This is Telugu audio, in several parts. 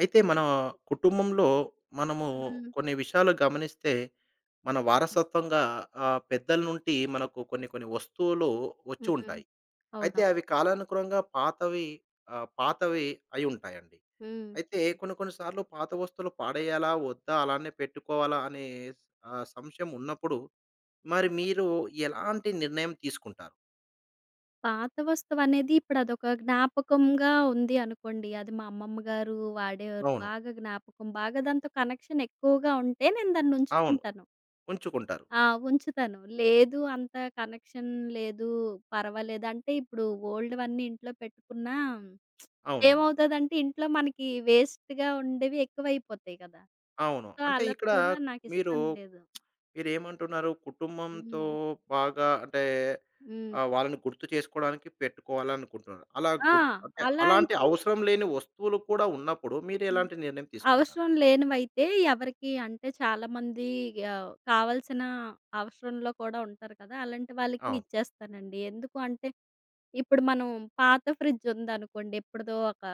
అయితే మన కుటుంబంలో మనము హ్మ్. కొన్ని విషయాలు గమనిస్తే మన వారసత్వంగా పెద్దల నుండి మనకు కొన్ని కొన్ని వస్తువులు వచ్చి హ్మ్. ఉంటాయి. అయితే అవునా? అవి కాలానుగుణంగా పాతవి పాతవి అయి ఉంటాయండి. హ్మ్. అయితే కొన్ని కొన్ని సార్లు పాత వస్తువులు పాడేయాలా? వద్దా? అలానే పెట్టుకోవాలా? అనే సంశయం ఉన్నప్పుడు మరి మీరు ఎలాంటి నిర్ణయం తీసుకుంటారు? పాత వస్తువనేది ఇప్పుడదొక జ్ఞాపకంగా ఉంది అనుకోండి. అది మా అమ్మమ్మ గారు వాడేవారు. అవును. బాగా జ్ఞాపకం. బాగా దాంతో కనెక్షన్ ఎక్కువగా ఉంటే నేను అవును. దాన్నుంచుకుంటాను. ఉంచుకుంటారు. ఆ! ఉంచుతాను. లేదు అంత కనెక్షన్ లేదు, పర్వాలేదంటే ఇప్పుడు ఓల్డ్‌వన్నీ ఇంట్లో పెట్టుకున్నా అవునవును. ఏమవుతదంటే ఇంట్లో మనకి వేస్ట్‌గా ఉండేవి ఎక్కువైపోతాయి కదా! అవును. సో, అంటే అలా ఇక్కడ కూడా మీరు నాకిష్టం లేదు. మీరేమంటున్నారు? కుటుంబంతో హ్మ్. బాగా అంటే హ్మ్. వాళ్ళని గుర్తు చేసుకోవడానికి పెట్టుకోవాలనుకుంటున్నారు. అలా ఆ! గుర్తు అంటే అలా అలాంటి అయితే అవసరం లేని వస్తువులు కూడా ఉన్నప్పుడు మీరెలాంటి నిర్ణయం తీసుకుంటారు? అవసరం లేనివైతే ఎవరికీ అంటే చాలామంది కావాల్సిన అవసరంలో కూడా ఉంటారు కదా! అలాంటి వాళ్ళకి అవును. ఇచ్చేస్తానండి. ఎందుకు అంటే, ఇప్పుడు మనం పాత ఫ్రిడ్జ్ ఉందనుకోండి. ఎప్పుడుదో ఒక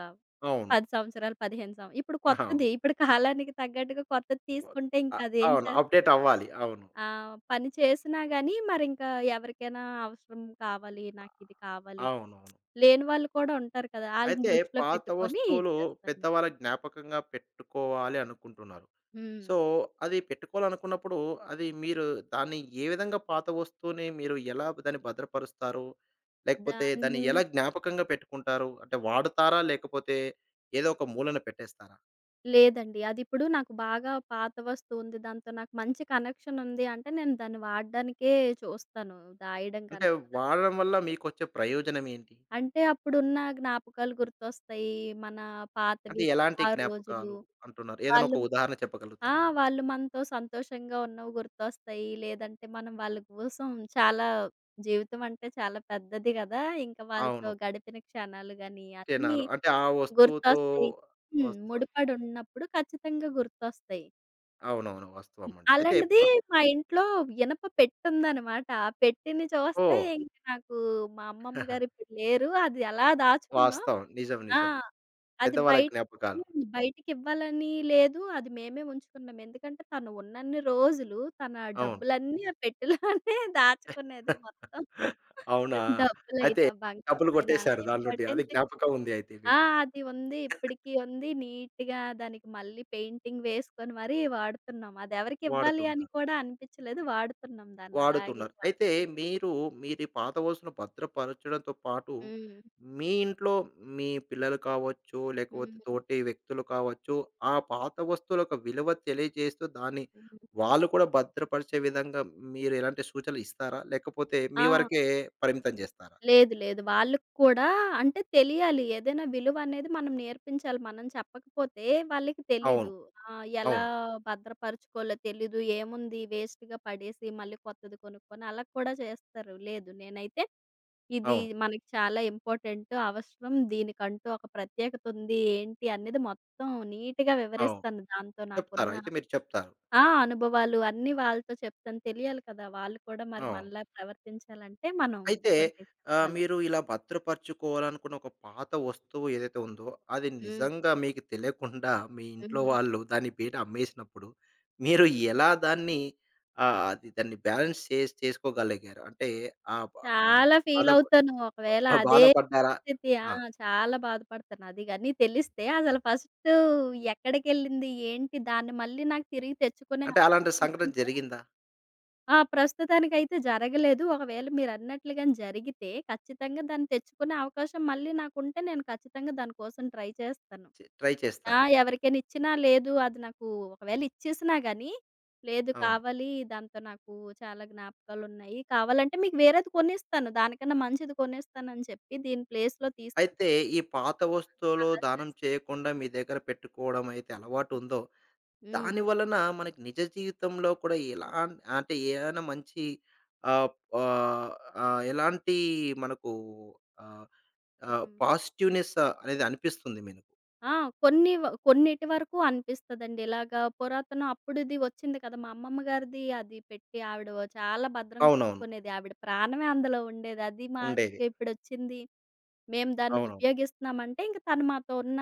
అవును. 10 సంవత్సరాలు, 15 సం ఇప్పుడు అవును. కొత్తది, ఇప్పుడు కాలానికి తగ్గట్టుగా కొత్తది తీసుకుంటే అ ఇంకా అదేం అవును. చేస్ అప్డేట్ అవ్వాలి. అవును. ఆ! పని చేసినా గానీ మరింకా ఎవరికైనా అవసరం కావాలి, నాకిది కావాలి, అవునవును. లేని వాళ్ళు కూడా ఉంటారు కదా! ఆళ్ళని అయితే దృష్టిలో పాత పెట్టుకొని వస్తువులు ఇచ్చేస్తాను. పెద్దవాళ్ళ జ్ఞాపకంగా పెట్టుకోవాలి అనుకుంటున్నారు. హ్మ్. సో, అది పెట్టుకోవాలనుకున్నప్పుడు అది మీరు దాన్ని ఏ విధంగా పాత వస్తువుని మీరు ఎలా దాన్ని భద్రపరుస్తారు? లేకపోతే దాన్ని దాన్ని ఎలా జ్ఞాపకంగా పెట్టుకుంటారు? అంటే వాడుతారా? లేకపోతే ఏదో ఒక మూలన పెట్టేస్తారా? లేదండి. అదిప్పుడు నాకు బాగా పాత వస్తువుంది. దాంతో నాకు మంచి కనెక్షనుంది అంటే, నేను దాన్ని వాడడానికే చూస్తాను, దాయడం అంటే కన్నా. వాడడం వల్ల మీకొచ్చే ప్రయోజనం ఏంటి? అంటే అప్పుడున్న జ్ఞాపకాలు గుర్తొస్తాయి. మన అంటే పాతవి, ఎలాంటి ఆ రోజులు. జ్ఞాపకాలు అంటున్నారు? ఏదైనా వాళ్ళు ఒక ఉదాహరణ ఆ! చెప్పగలుగుతారా? వాళ్ళు మనతో సంతోషంగా ఉన్నవి గుర్తొస్తాయి. లేదంటే మనం వాళ్ళ కోసం చాలా, జీవితం అంటే చాలా పెద్దది గదా! ఇంకా వాళ్ళతో అవును. గడిపిన క్షణాలు గాని అన్నీ చిహ్నాలు. అంటే ఆ వస్తువుతో గుర్తొస్తాయి. హ్మ్. వస్తు ముడిపడున్నప్పుడు ఖచ్చితంగా గుర్తొస్తాయి. అవునవును. హ్మ్. వాస్తవమండి. అయితే అలాంటిది మా ఇంట్లో ఇనప పెట్టుందనమాట. ఆ పెట్టెని చూస్తే ఓహ్! ఇంక నాకు మా అమ్మమ్మ గారు ఇప్పుడు లేరు. అది ఎలా దాచుకున్నాం వాస్తవం. నిజం. ఆ! నిజం. అది పెద్దవాళ్ళ బయట జ్ఞాపకాలు. హ్మ్. బయటికివ్వాలని లేదు. అది మేమే ఉంచుకున్నాం. ఎందుకంటే తను ఉన్నన్ని రోజులు తన అవును. డబ్బులన్నీ ఆ పెట్టెలోనే దాచుకునేది మొత్తం. అవునా? అయితే డబ్బులైనా, డబ్బులు బంగారమైనా కొట్టేశారు దాని నుండి. అది ఇంపార్టెంట్. జ్ఞాపకం ఉంది అయితే ఆ! మీకు. అది ఉంది. ఇప్పటికి ఉంది. నీట్‌గా దానికి మళ్ళీ పెయింటింగ్ వేసుకొని మరీ వాడుతున్నాం. అదెవరికి ఇవ్వాలి అని వాడుతుంటారు. కూడా అనిపించలేదు. వాడుతున్నాం దాన్నలాగే వాడుతున్నారు. వాడు. అయితే మీరు మీరు ఈ పాత వస్తువును భద్రపరచడంతో పాటు, హ్మ్. మీ ఇంట్లో మీ పిల్లలు కావచ్చు, లేకపోతే హ్మ్. తోటి వ్యక్తులు కావచ్చు, ఆ పాత వస్తువుల యొక్క విలువ తెలియజేస్తూ దాన్ని హ్మ్. వాళ్ళు కూడా భద్రపరిచే విధంగా మీరు ఎలాంటి సూచనలు ఇస్తారా? లేకపోతే మీ ఆ! వరకే పరిమితం చేస్తారా? లేదు. లేదు. వాళ్ళకి కూడా అంటే తెలియాలి. ఏదైనా విలువనేది మనం నేర్పించాలి. మనం చెప్పకపోతే వాళ్ళకి అవును. తెలీదు. ఆ! ఎలా అవును. భద్రపరుచుకోవాలో తెలీదు. ఏముంది, వేస్ట్‌గా పడేసి మళ్ళీ కొత్తది కొనుక్కొని అలా కూడా చేస్తారు. లేదు, నేనైతే ఇది అవును. మనకి చాలా ఇంపార్టెంట్, అవసరం. దీనికంటూ ఒక ప్రత్యేకత ఉంది, ఏంటి అనేది మొత్తం నీట్‌గా అవును. వివరిస్తాను. దాంతో చెప్తారు. నాకున్న అయితే మీరు చెప్తారు. ఆ! అనుభవాలు అన్నీ వాళ్ళతో చెప్తాను. తెలియాలి కదా! వాళ్ళు కూడా మరి అవును. మనలా ప్రవర్తించాలంటే మనం అయితే కొన్ని చెప్పాలి. మీరు ఇలా భద్రపరుచుకోవాలనుకున్న ఒక పాత వస్తువు ఏదైతే ఉందో, అది హ్మ్. నిజంగా మీకు తెలియకుండా మీ ఇంట్లో హుహు. వాళ్ళు దాన్ని బయట అమ్మేసినప్పుడు, మీరు ఎలా దాన్ని అది దాన్ని బ్యాలెన్స్ చేసి చేసుకోగలిగారు? అంటే ఆహ్, బ ఆహ్, చాలా బాధ ఫీలవుతాను. ఒకవేళ అదే బాధపడ్డారా? స్థితి. ఆ! ఆ! చాలా బాధపడతాను. అది గాని తెలిస్తే అసలు ఫస్టు ఎక్కడికెళ్ళింది? ఏంటి? దాన్ని మళ్ళీ నాకు తిరిగి తెచ్చుకునే అంటే అలాంటి అవకాశం సంఘటన ఉంటే జరిగిందా? ఆ! ప్రస్తుతానికైతే జరగలేదు. ఒకవేళ మీరన్నట్లుగానే జరిగితే ఖచ్చితంగా దాన్ని తెచ్చుకునే అవకాశం మళ్ళీ నాకుంటే నేను ఖచ్చితంగా దాని కోసం ట్రై చేస్తాను. ట్రై ఆ! చేస్తారు. ఎవరికైనా ఇచ్చినా లేదు అది నాకు, ఒకవేళ ఇచ్చేసినా గానీ, లేదు అవును. కావాలి, దాంతో నాకు చాలా జ్ఞాపకాలున్నాయి. కావాలంటే మీకు వేరేది కొనిస్తాను, దానికన్నా మంచిది కొనిస్తానని చెప్పి దీని ప్లేస్‌లో తీసుకొని అయితే ఈ పాత ఆ! వస్తువులు అలా దానం చేస్తాను. చేయకుండా మీ దగ్గర పెట్టుకోవడం అయితే అలవాటు హ్మ్. ఉందో దాని వలన మనకి నిజ జీవితంలో కూడా ఎలా అంటే ఏదైనా మంచి ఆహ్, ఆహ్, ఆహ్, ఎలాంటి మనకు ఆహ్, ఆహ్, హ్మ్. పాజిటివ్‌నెస్ అనేది అనిపిస్తుంది మీకు. ఆ! కొన్ని కొన్నిటి వరకు అనిపిస్తదండి. ఇలాగా పురాతనం అప్పుడుది వచ్చింది కదా! మా అమ్మమ్మ గారిది అది పెట్టి ఆవిడ చాలా భద్రం అవునవును. కాచుకునేది. ఆవిడ ప్రాణమే అందులో ఉండేది. అది ఉండేది. మాకిప్పుడొచ్చింది. మేము దాన్ని అవునవును. ఉపయోగిస్తున్నామంటే ఇంక తను మాతో ఉన్న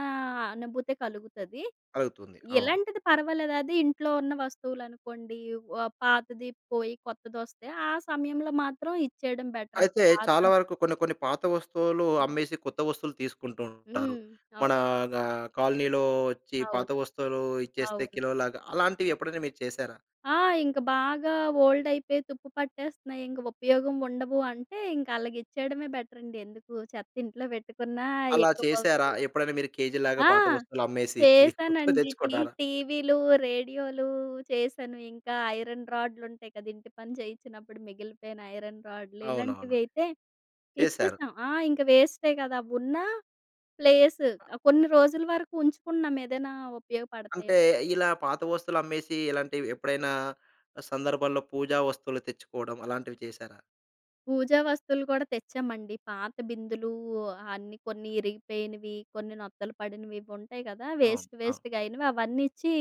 అనుభూతి కలుగుతది. కలుగుతుంది. అవును. ఎలాంటిది పర్వాలేదు. అది ఇంట్లో ఉన్న వస్తువులనుకోండి, పాతది పోయి కొత్తదొస్తే ఆ సమయంలో మాత్రం ఇచ్చేయడం బెటర్. అది అయితే పాత చాలా వరకు కొన్ని కొన్ని పాత వస్తువులు అమ్మేసి కొత్త వస్తువులు తీసుకుంటూ ఉంటారు. హ్మ్. మన అవు గా కాలనీలో వచ్చి పాత అవును. వస్తువులు ఇచ్చేస్తే అవును. కిలోలాగా అలాంటివి ఎప్పుడైనా మీరు చేశారా? ఆ! ఇంక బాగా ఓల్డ్ అయిపోయి తుప్పు పట్టేస్తున్నాయి. ఇంక ఉపయోగం ఉండవు అంటే ఇంక ఆళ్ళకిచ్చేయడమే బెటర్ అండి. ఎందుకు చెత్త ఇంట్లో పెట్టుకున్నా అలా చేశారా? ఎక్కువవుతుంది. ఎప్పుడైనా మీరు కేజీలాగా ఆ! పాత వస్తువులు అమ్మేసి కొత్తవి చేశానండి. తెచ్చుకున్నారా? టీవీలు, రేడియోలు చేశాను. ఇంకా ఐరన్ రాడ్‌లుంటాయి కదా! ఇంటి పని చేయించినప్పుడు మిగిలిపోయిన ఐరన్ రాడ్‌లు అవునవును. ఇలాంటివి అయితే చేశారు. ఇచ్చేసాం. ఆ! ఇంక వేస్టే కదా! ఉన్న ప్లేస్ కొన్ని రోజుల వరకు ఉంచుకున్నాం ఏదైనా అంటే ఉపయోగపడతాయని. ఇలా పాత వస్తువులు అమ్మేసి ఇలాంటివి ఎప్పుడైనా సందర్భాల్లో పూజా వస్తువులు తెచ్చుకోవడం అలాంటివి చేశారా? పూజా వస్తువులు కూడా తెచ్చామండి. పాత బిందులు అన్నీ, కొన్ని ఇరిగిపోయినవి, కొన్ని నొత్తలు పడినవి ఇవి ఉంటాయి కదా! అవును. వేస్ట్ అవును. వేస్ట్‌గా అయినవి అవన్నీ ఇచ్చి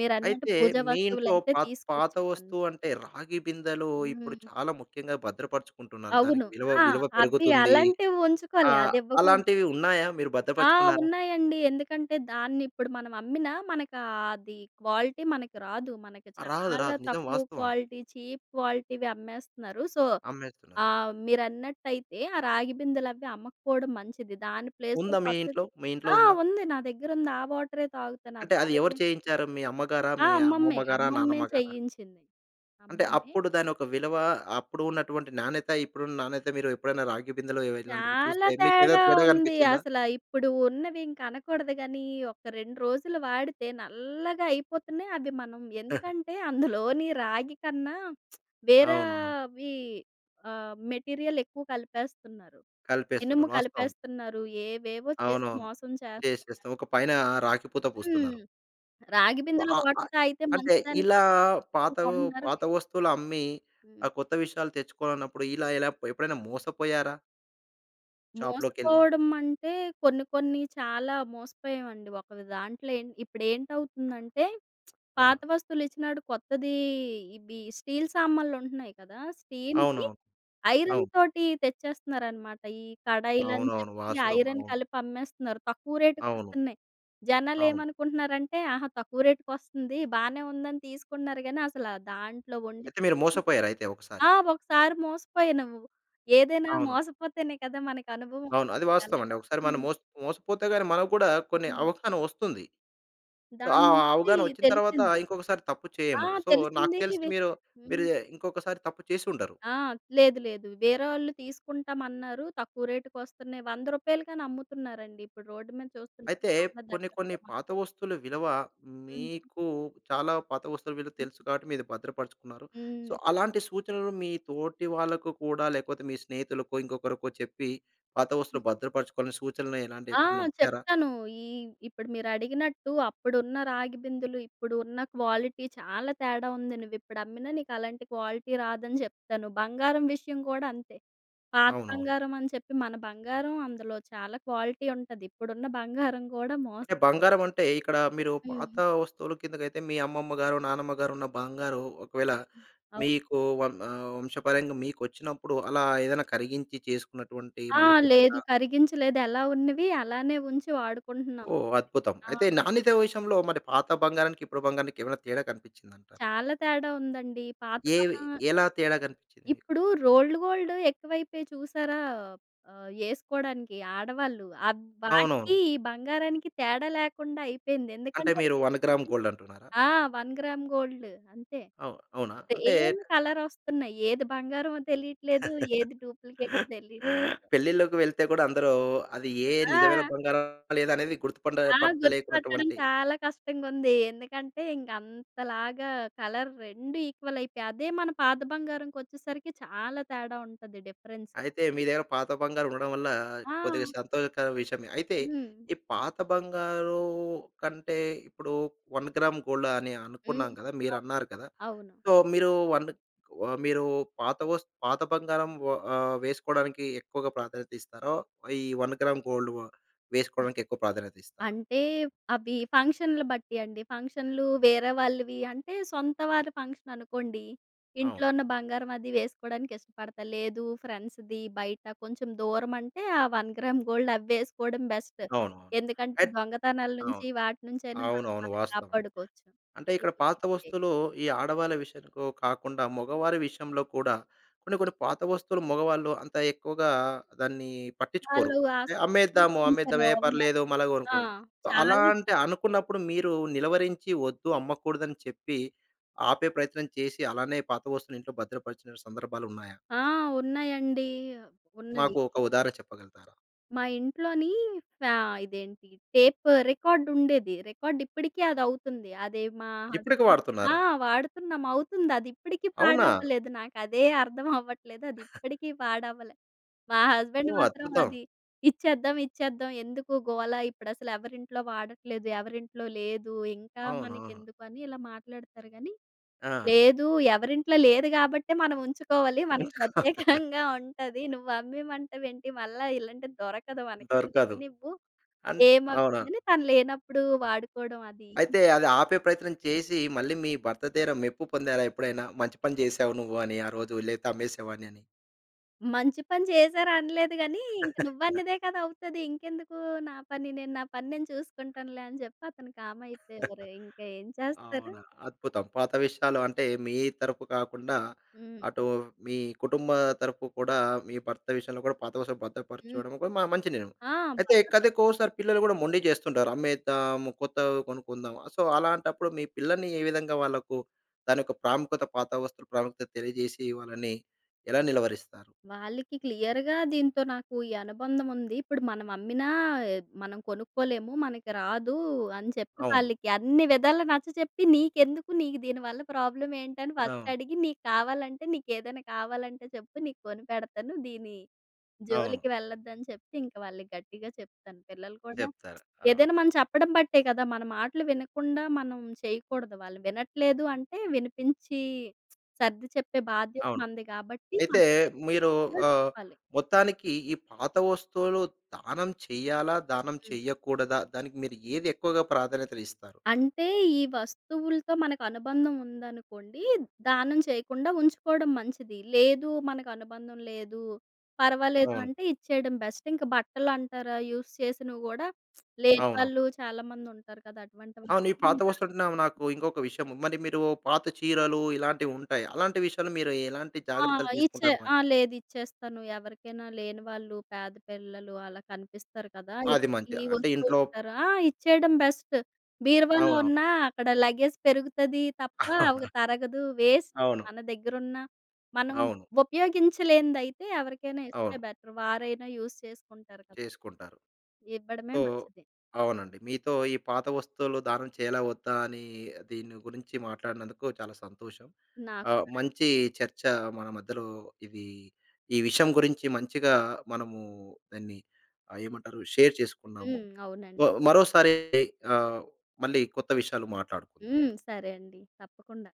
మీరన్నట్టు అయితే పూజా మీ ఇంట్లో వస్తువులైతే పాత తీసుకొచ్చామన్. వస్తువు అంటే రాగి బిందెలు ఇప్పుడు హ్మ్. చాలా ముఖ్యంగా భద్రపరుచుకుంటున్నారు. దానికి అవును. విలువ ఆ! విలువ అవి పెరుగుతుంది. అలాంటివి ఉంచుకోలే. ఆహ్, అది ఇవ్వకూడదు. అలాంటివి ఉన్నాయా? మీరు ఆ! భద్రపరుచుకున్నారా? ఉన్నాయండి. ఎందుకంటే దాన్నిప్పుడు మనం అమ్మినా మనకు ఆ అది క్వాలిటీ మనకి రాదు. మనకి ఆ, రాదు. చాలా రాదు. నిజం తక్కువ వాస్తవం. క్వాలిటీ, చీప్ క్వాలిటీవి అమ్మేస్తున్నారు. సో ఆ! అమ్మేస్తున్నారు. మీరన్నట్టయితే ఆ రాగి బిందెలవి అమ్మకపోవడం మంచిది. దాని ప్లేస్‌లో ఉందా మీ ఇంట్లో? కొత్తది మీ ఇంట్లో ఆ! ఉందా? ఉంది. నా దగ్గరుంది. ఆ వాటరే తాగుతాను. అంటే అది అది ఎవరు ఆరోగ్యం. చేయించారు? మీ అమ్మగారా? ఆ! మీ అమ్మమ్మే. అమ్మమ్మ గారా? అమ్మమ్మే నానమ్మ గారా? చేయించింది. అంటే అమ్మమ్మే. అప్పుడు దానొక విలువ, అప్పుడు ఉన్నటువంటి నాణ్యత, ఇప్పుడున్న నాణ్యత మీరు ఎప్పుడైనా రాగి బిందెలో ఇలాంటివి చాలా చూస్తే మీకేదైనా తేడా తేడా ఉంది. కనిపించిందా? అసల ఇప్పుడు ఉన్నవి ఇంక అనకూడదు గానీ, ఒక 2 రోజులు వాడితే నల్లగా అయిపోతున్నాయి అవి మనం. ఎందుకంటే, అందులోని రాగి కన్నా అవునవును. వేరేవి మెటీరియల్ ఎక్కువ కలిపేస్తున్నారు. ఇనుము కలిపేస్తున్నారు. వాస్తవం. కలిపేస్తున్నారు. ఏవేవో చేసి అవునవును. మోసం చేస్తున్నారు. చేసేస్తాం. ఒక పైన రాగి పూత హ్మ్. పూస్తున్నారు. రాగి సో, బిందెలో ఆహ్, ఆహ్, వాటర్ తాగితే అంటే మంచిదని ఇలా పాత ఇప్పుడు కొంటున్నారు పాత వేస్ట్. వస్తువులు అమ్మి ఆ హ్మ్. కొత్త విషయాలు తెచ్చుకోవాలన్నప్పుడు ఇలా ఎలా ఎప్పుడైనా మోసపోయారా షాప్‌లోకెళ్ళి? మోసపోవడం అంటే కొన్ని కొన్ని చాలా మోసపోయామండి. ఒక దాంట్లో ఏం ఇప్పుడేంటవుతుందంటే ఆ! పాత వస్తువులు ఇచ్చినాడు కొత్తది, ఇవి స్టీల్ సామాన్లుంటున్నాయి కదా! స్టీల్‌వి అవునవును. ఐరన్ అవును. తోటి తెచ్చేస్తున్నారనమాట. ఈ కడాయిలని అవునవును. చెప్పి వాస్తవం. ఐరన్ అవును. కలిపి అమ్మేస్తున్నారు. తక్కువ అవును. రేటుకొస్తున్నాయి. అవును. జనాలేమనుకుంటున్నారంటే ఆహా! తక్కువ రేటుకొస్తుంది బానే ఉందని తీసుకుంటున్నారు గానీ అసల దాంట్లో వండి అయితే మీరు మోసపోయారు అయితే ఒకసారి. ఆ! ఒకసారి మోసపోయావు నువ్వు. ఏదైనా అవును. మోసపోతేనే కదా మనకి అనుభవం అవును. అది వస్తది. వాస్తవమండి. అలాగా ఒకసారి మనం హ్మ్. మోసపోతే గాని మనకు కూడా కొన్ని హ్మ్. అవగాహన వస్తుంది. సో, ఆ దాని నుంచి అవగాహన వచ్చిన తర్వాత తెలిసింది. ఇంకొకసారి తప్పు ఆ! చేయము. సో, నాకు తెలిసింది తెలిసి ఇవి. మీరు మీరు హ్మ్. ఇంకొకసారి తప్పు చేసి ఉండరు. ఆ! లేదు లేదు. వేరేవాళ్ళు తీసుకుంటామన్నారు, తక్కువ రేటుకొస్తున్నాయి. రూ. 100 కని అమ్ముతున్నారండి. ఇప్పుడు రోడ్డు మీద చూస్తుంటే అయితే చాలా కొన్ని కొన్ని దగ్గరలో మా. పాత వస్తువుల విలువ హ్మ్. మీకు చాలా పాత వస్తువుల విలువ తెలుసు కాబట్టి మీరు భద్రపరుచుకున్నారు. సో, హ్మ్. అలాంటి సూచనలు మీ తోటి వాళ్ళకు కూడా లేకపోతే మీ స్నేహితులకో ఇంకొకరికో చెప్పి పాత వస్తువులు భద్రపరచుకోవాలని సూచనలు ఎలాంటివి ఆ! ఎప్పుడైనా ఇచ్చారా? చెప్తాను. ఈ ఇప్పుడు మీరడిగినట్టు అప్పుడున్న రాగి బిందులు, ఇప్పుడు ఉన్న క్వాలిటీ చాలా తేడా ఉంది. నువ్విప్పుడు అమ్మినా నీకలాంటి క్వాలిటీ రాదని చెప్తాను. బంగారం విషయం కూడా అంతే. పాత అవునవును. బంగారం అని చెప్పి మన బంగారం అందులో చాలా క్వాలిటీ ఉంటది. ఇప్పుడున్న బంగారం కూడా మోసం. అంటే బంగారం అంటే ఇక్కడ మీరు పాత హ్మ్. వస్తువుల కిందకైతే మీ అమ్మమ్మ గారు, నానమ్మ గారు ఉన్న బంగారు ఒకవేళ హ్మ్. అవును. మీకు వంశపరంగా మీకొచ్చినప్పుడు అలా ఏదైనా కరిగించి చేసుకున్నటువంటి ఆ! మళ్ళీ లేదు, కొత్తగా కరిగించలేదు. ఎలా ఉన్నవి అలానే ఉంచి వాడుకుంటున్నాం. ఓహ్! అద్భుతం. ఆ! అయితే నాణ్యత విషయంలో మరి పాత బంగారానికి, ఇప్పుడు బంగారానికి ఏమైనా తేడా కనిపించిందంటారా? చాలా తేడా ఉందండి. పాత బా ఏవి ఎలా తేడా కనిపించింది మీకు? ఇప్పుడు రోల్డ్ గోల్డ్ ఎక్కువైపోయాయి చూసారా? ఏసుకోడానికి ఆడవాళ్ళు. అవునవును. వాటికి, ఈ బంగారానికి తేడా లేకుండా అయిపోయింది. అంటే ఎందుకంటే మీరు 1 గ్రామ్ రెండింటికి గోల్డ్ అంటున్నారా? ఆ! 1 గ్రామ్ గోల్డ్ అంతే. అవునా? అంటే సేమ్ కలరొస్తున్నాయి. ఏది బంగారమో తెలియట్లేదు. ఏది డూప్లికేటో తెలియట్లేదు. పెళ్ళిళ్ళకి వెళ్తే కూడా అందరూ అది ఏ ఆ! నిజమైన బంగారమా లేదా అనేది ఆ! గుర్తుపట్టడం పట్టలేకున్నటువంటి చాలా కష్టంగుంది. ఎందుకంటే ఇంక అంతలాగా కలర్ 2 ఈక్వల్ అయిపోయాయి. అదే మన పాత బంగారంకొచ్చేసరికి చాలా తేడా ఉంటది డిఫరెన్స్. అయితే మీ దగ్గర పాత బంగారు ఉండడం వల్ల ఆ! కొద్దిగా సంతోషకర విషయమే. అయితే హ్మ్. ఈ పాత బంగారు కంటే ఇప్పుడు 1 గ్రామ్ గోల్డ్ అని హ్మ్. అనుకున్నాం కదా! అవును. మీరన్నారు కదా! అవును. సో, మీరు 1 ఆహ్, మీరు పాత పాత బంగారం వేసుకోవడానికి ఎక్కువగా ప్రాధాన్యత ఇస్తారా? ఈ 1 గ్రామ్ గోల్డ్ వేసుకోవడానికి ఎక్కువ ప్రాధాన్యత ఇస్తారా? అంటే అవి ఫంక్షన్‌లు బట్టి అండి. ఫంక్షన్‌లు వేరే వాళ్ళవి అంటే సొంత వారి ఫంక్షన్ అనుకోండి. ఇంట్లో అవును. ఉన్న బంగారం అది వేసుకోవడానికి ఇష్టపడతా. లేదు ఫ్రెండ్స్‌ది బయట కొంచెం దూరం అంటే ఆ 1 గ్రామ్ గోల్డ్ అవి వేసుకోవడం బెస్ట్. అవునవును. ఎందుకంటే అట్ దొంగతనాల నుంచి అవును. వాటి నుంచి అయినా మనల్ని అవునవును. మనం వాస్తవం అండి. కాపాడుకోవచ్చు. అంటే ఇక్కడ పాత ఎక్కువైపోయాయి. వస్తువులు ఈ ఆడవాళ్ళ విషయంలో కాకుండా మగవారి విషయంలో కూడా కొన్ని కొన్ని పాత వస్తువులు మగవాళ్ళు అంత ఎక్కువగా దాన్ని పట్టించుకోరు. వాళ్ళు "ఏ ఆసక్తి కూడా అమ్మేద్దాము, పెంచారు. అమ్మేద్దాం. ఏ పర్లేదు అవునవును. మళ్ళా ఆ! కొనుక్కోవచ్చు." సో, చాలా అలా అంటే అనుకున్నప్పుడు మీరు నిలువరించి వద్దు అమ్మకూడదని చెప్పి ఆపే ప్రయత్నం చేసి అలానే పాత వస్తువుని ఇంట్లో భద్రపరిచిన సందర్భాలున్నాయా? ఆ! ఉన్నాయండి. ఉన్నాయి. మాకు ఒక ఉదాహరణ చెప్పగలుగుతారా? మా ఇంట్లోని ఫ్యా ఇదేంటి టేప్ రికార్డ్ ఉండేది. రికార్డ్ ఇప్పటికి అదవుతుంది. అది మా ఇప్పటికి హస్బెండ్. ఆ! వాడుతున్నారా? వాడుతున్నాం. అవుతుంది. అది ఇప్పటికి అవునా? పాడవ్వలేదు. నాకదే అర్థం అవ్వట్లేదు. అది ఇప్పటికి పాడవ్వలే. మా హస్బెండ్ ఓహ్! మాత్రం అద్భుతం. అది ఇచ్చేద్దాం, ఇచ్చేద్దాం, ఎందుకు గోల, ఇప్పుడసలు ఎవరింట్లో వాడట్లేదు, ఎవరింట్లో లేదు, ఇంకా అవునవును. మనకెందుకు అని ఇలా మాట్లాడతారు గానీ ఆ! లేదు, ఎవరింట్లో లేదు గాబట్టే మనం ఉంచుకోవాలి. మనకి ఉంచుకో ప్రత్యేకంగా ఉంటది. నువ్వు అమ్మేయమంటావేంటి? మళ్ళా ఇలాంటిది దొరకదు మనకి. దొరకదు. నువ్వు అన్ అవునా? ఏమమ్మిందని తను లేనప్పుడు వాడుకోవడం అది. అయితే అది ఆపే ప్రయత్నం చేసి, మళ్ళీ మీ భర్త దగ్గర మెప్పు పొందారా ఎప్పుడైనా? మంచి పని చేశావు నువ్వు అని ఆ రోజు లేతే అమ్మేసేవాడిని అని. మంచి పని చేశారు అనలేదు గానీ, ఇంక నువ్వన్నదే కదా అవుతది. ఇంకెందుకు నా పని నేను చూసుకుంటానులే అని చెప్పి అతను కామ్ అయిపోయేవారు. ఇంకా ఏం చేస్తారు? అవునా! అద్భుతం. పాత విషయాలు అంటే మీ తరపు కాకుండా, హ్మ్. అటు మీ కుటుంబ తరపు కూడా మీ భర్త విషయంలో కూడా పాత విషయాలు హ్మ్. భద్రపరచడం కూడా మంచి నిర్ణయం. ఆ! అయితే కథెక్కువసారి పిల్లలు కూడా మొండి చేస్తుంటారు. అమ్మేద్దాము, కొత్తవి కొనుక్కుందాం. సో, అలాంటప్పుడు మీ పిల్లల్ని ఏ విధంగా వాళ్ళకు దాని యొక్క ప్రాముఖ్యత, పాత వస్తువుల ప్రాముఖ్యత తెలియజేసి వాళ్ళని ఎలా నిలవరిస్తారు? వాళ్ళకి క్లియర్‌గా దీంతో నాకు ఈ అనుబంధం ఉంది. ఇప్పుడు మనం అమ్మినా మనం కొనుక్కోలేము. మనకి రాదు అని చెప్పి అవును. వాళ్ళకి అన్ని విధాలా నచ్చచెప్పి, నీకెందుకు, నీకు దీనివల్ల ప్రాబ్లమ్ ఏంటని ఆ! ఫస్ట్ అడిగి, నీకు కావాలంటే, నీకేదైనా కావాలంటే చెప్పు, నీకు కొనిపెడతాను, దీని అవును. జోలికి వెళ్ళొద్దని చెప్తే ఇంక వాళ్ళకి గట్టిగా చెప్తాను. పిల్లలు కూడా చెప్తారు. ఏదైనా అవును. మనం చెప్పడం బట్టే కదా! మన మాటలు వినకుండా మనం చేయకూడదు. వాళ్ళు వినట్లేదు అంటే వినిపించి సర్ది చెప్పే బాధ్యత అవును. మనది కాబట్టి అయితే మనం చెప్పే మీరు విధంగా ఆహ్, చెప్పాలి. మొత్తానికి ఈ పాత వస్తువులు దానం చెయ్యాలా? దానం హ్మ్. చెయ్యకూడదా? దానికి మీరు ఏది ఎక్కువగా ప్రాధాన్యతలు ఇస్తారు? అంటే ఈ వస్తువులతో మనకు అనుబంధం ఉందనుకోండి, దానం చేయకుండా ఉంచుకోవడం మంచిది. లేదు మనకు అనుబంధం లేదు, పర్వాలేదు అవును. అంటే ఇచ్చేయడం బెస్ట్. ఇంక బట్టలంటారా యూజ్ చేసినవి గూడా లేని అవునవును. వాళ్ళు చాలామందుంటారు కదా! అటువంటి అవును. ఈ వారికి పాత వస్తువులంటే నాకు ఇంకొక విషయం. మరి మీరు పాత చీరలు ఇలాంటివి ఉంటాయి. అలాంటి విషయాలు మీరు ఎలాంటి ఆ! జాగ్రత్తలు ఇచ్చే తీసుకుంటారు ఆ! మరి? లేదు ఇచ్చేస్తాను. ఎవరికైనా లేని వాళ్ళు పేద పిల్లలు అలా కనిపిస్తారు కదా! అది ఇంటికి మంచిది. అంటే వస్తూ ఇంట్లో ఉంటారు. ఆ! ఇచ్చేయడం బెస్ట్. బీరువాలో అవునవును. ఉన్నా అక్కడ లగేజ్ పెరుగుతది తప్ప అవును. అవి తరగదు. వేస్ట్. అవును. మన దగ్గరున్న మనం అవును. ఉపయోగించలేనిదైతే ఎవరికైనా ఇస్తే అవును. బెటర్. వారైనా యూజ్ చేసుకుంటారు కదా! చేసుకుంటారు. ఇవ్వడమే సో మంచిది. అవునండి. మీతో ఈ పాత వస్తువులు దానం చేయాలా వద్దా అని దీని గురించి మాట్లాడినందుకు చాలా సంతోషం. నాకు కూడా. మంచి చర్చ మన మధ్యలో ఇది ఈ విషయం గురించి మంచిగా మనము దాన్ని ఏమంటారు షేర్ చేసుకున్నాము. హ్మ్. అవునండి. మరోసారి ఆహ్, మళ్ళీ కొత్త విషయాలు మాట్లాడుకుందాం. హ్మ్. సరే అండి. తప్పకుండా.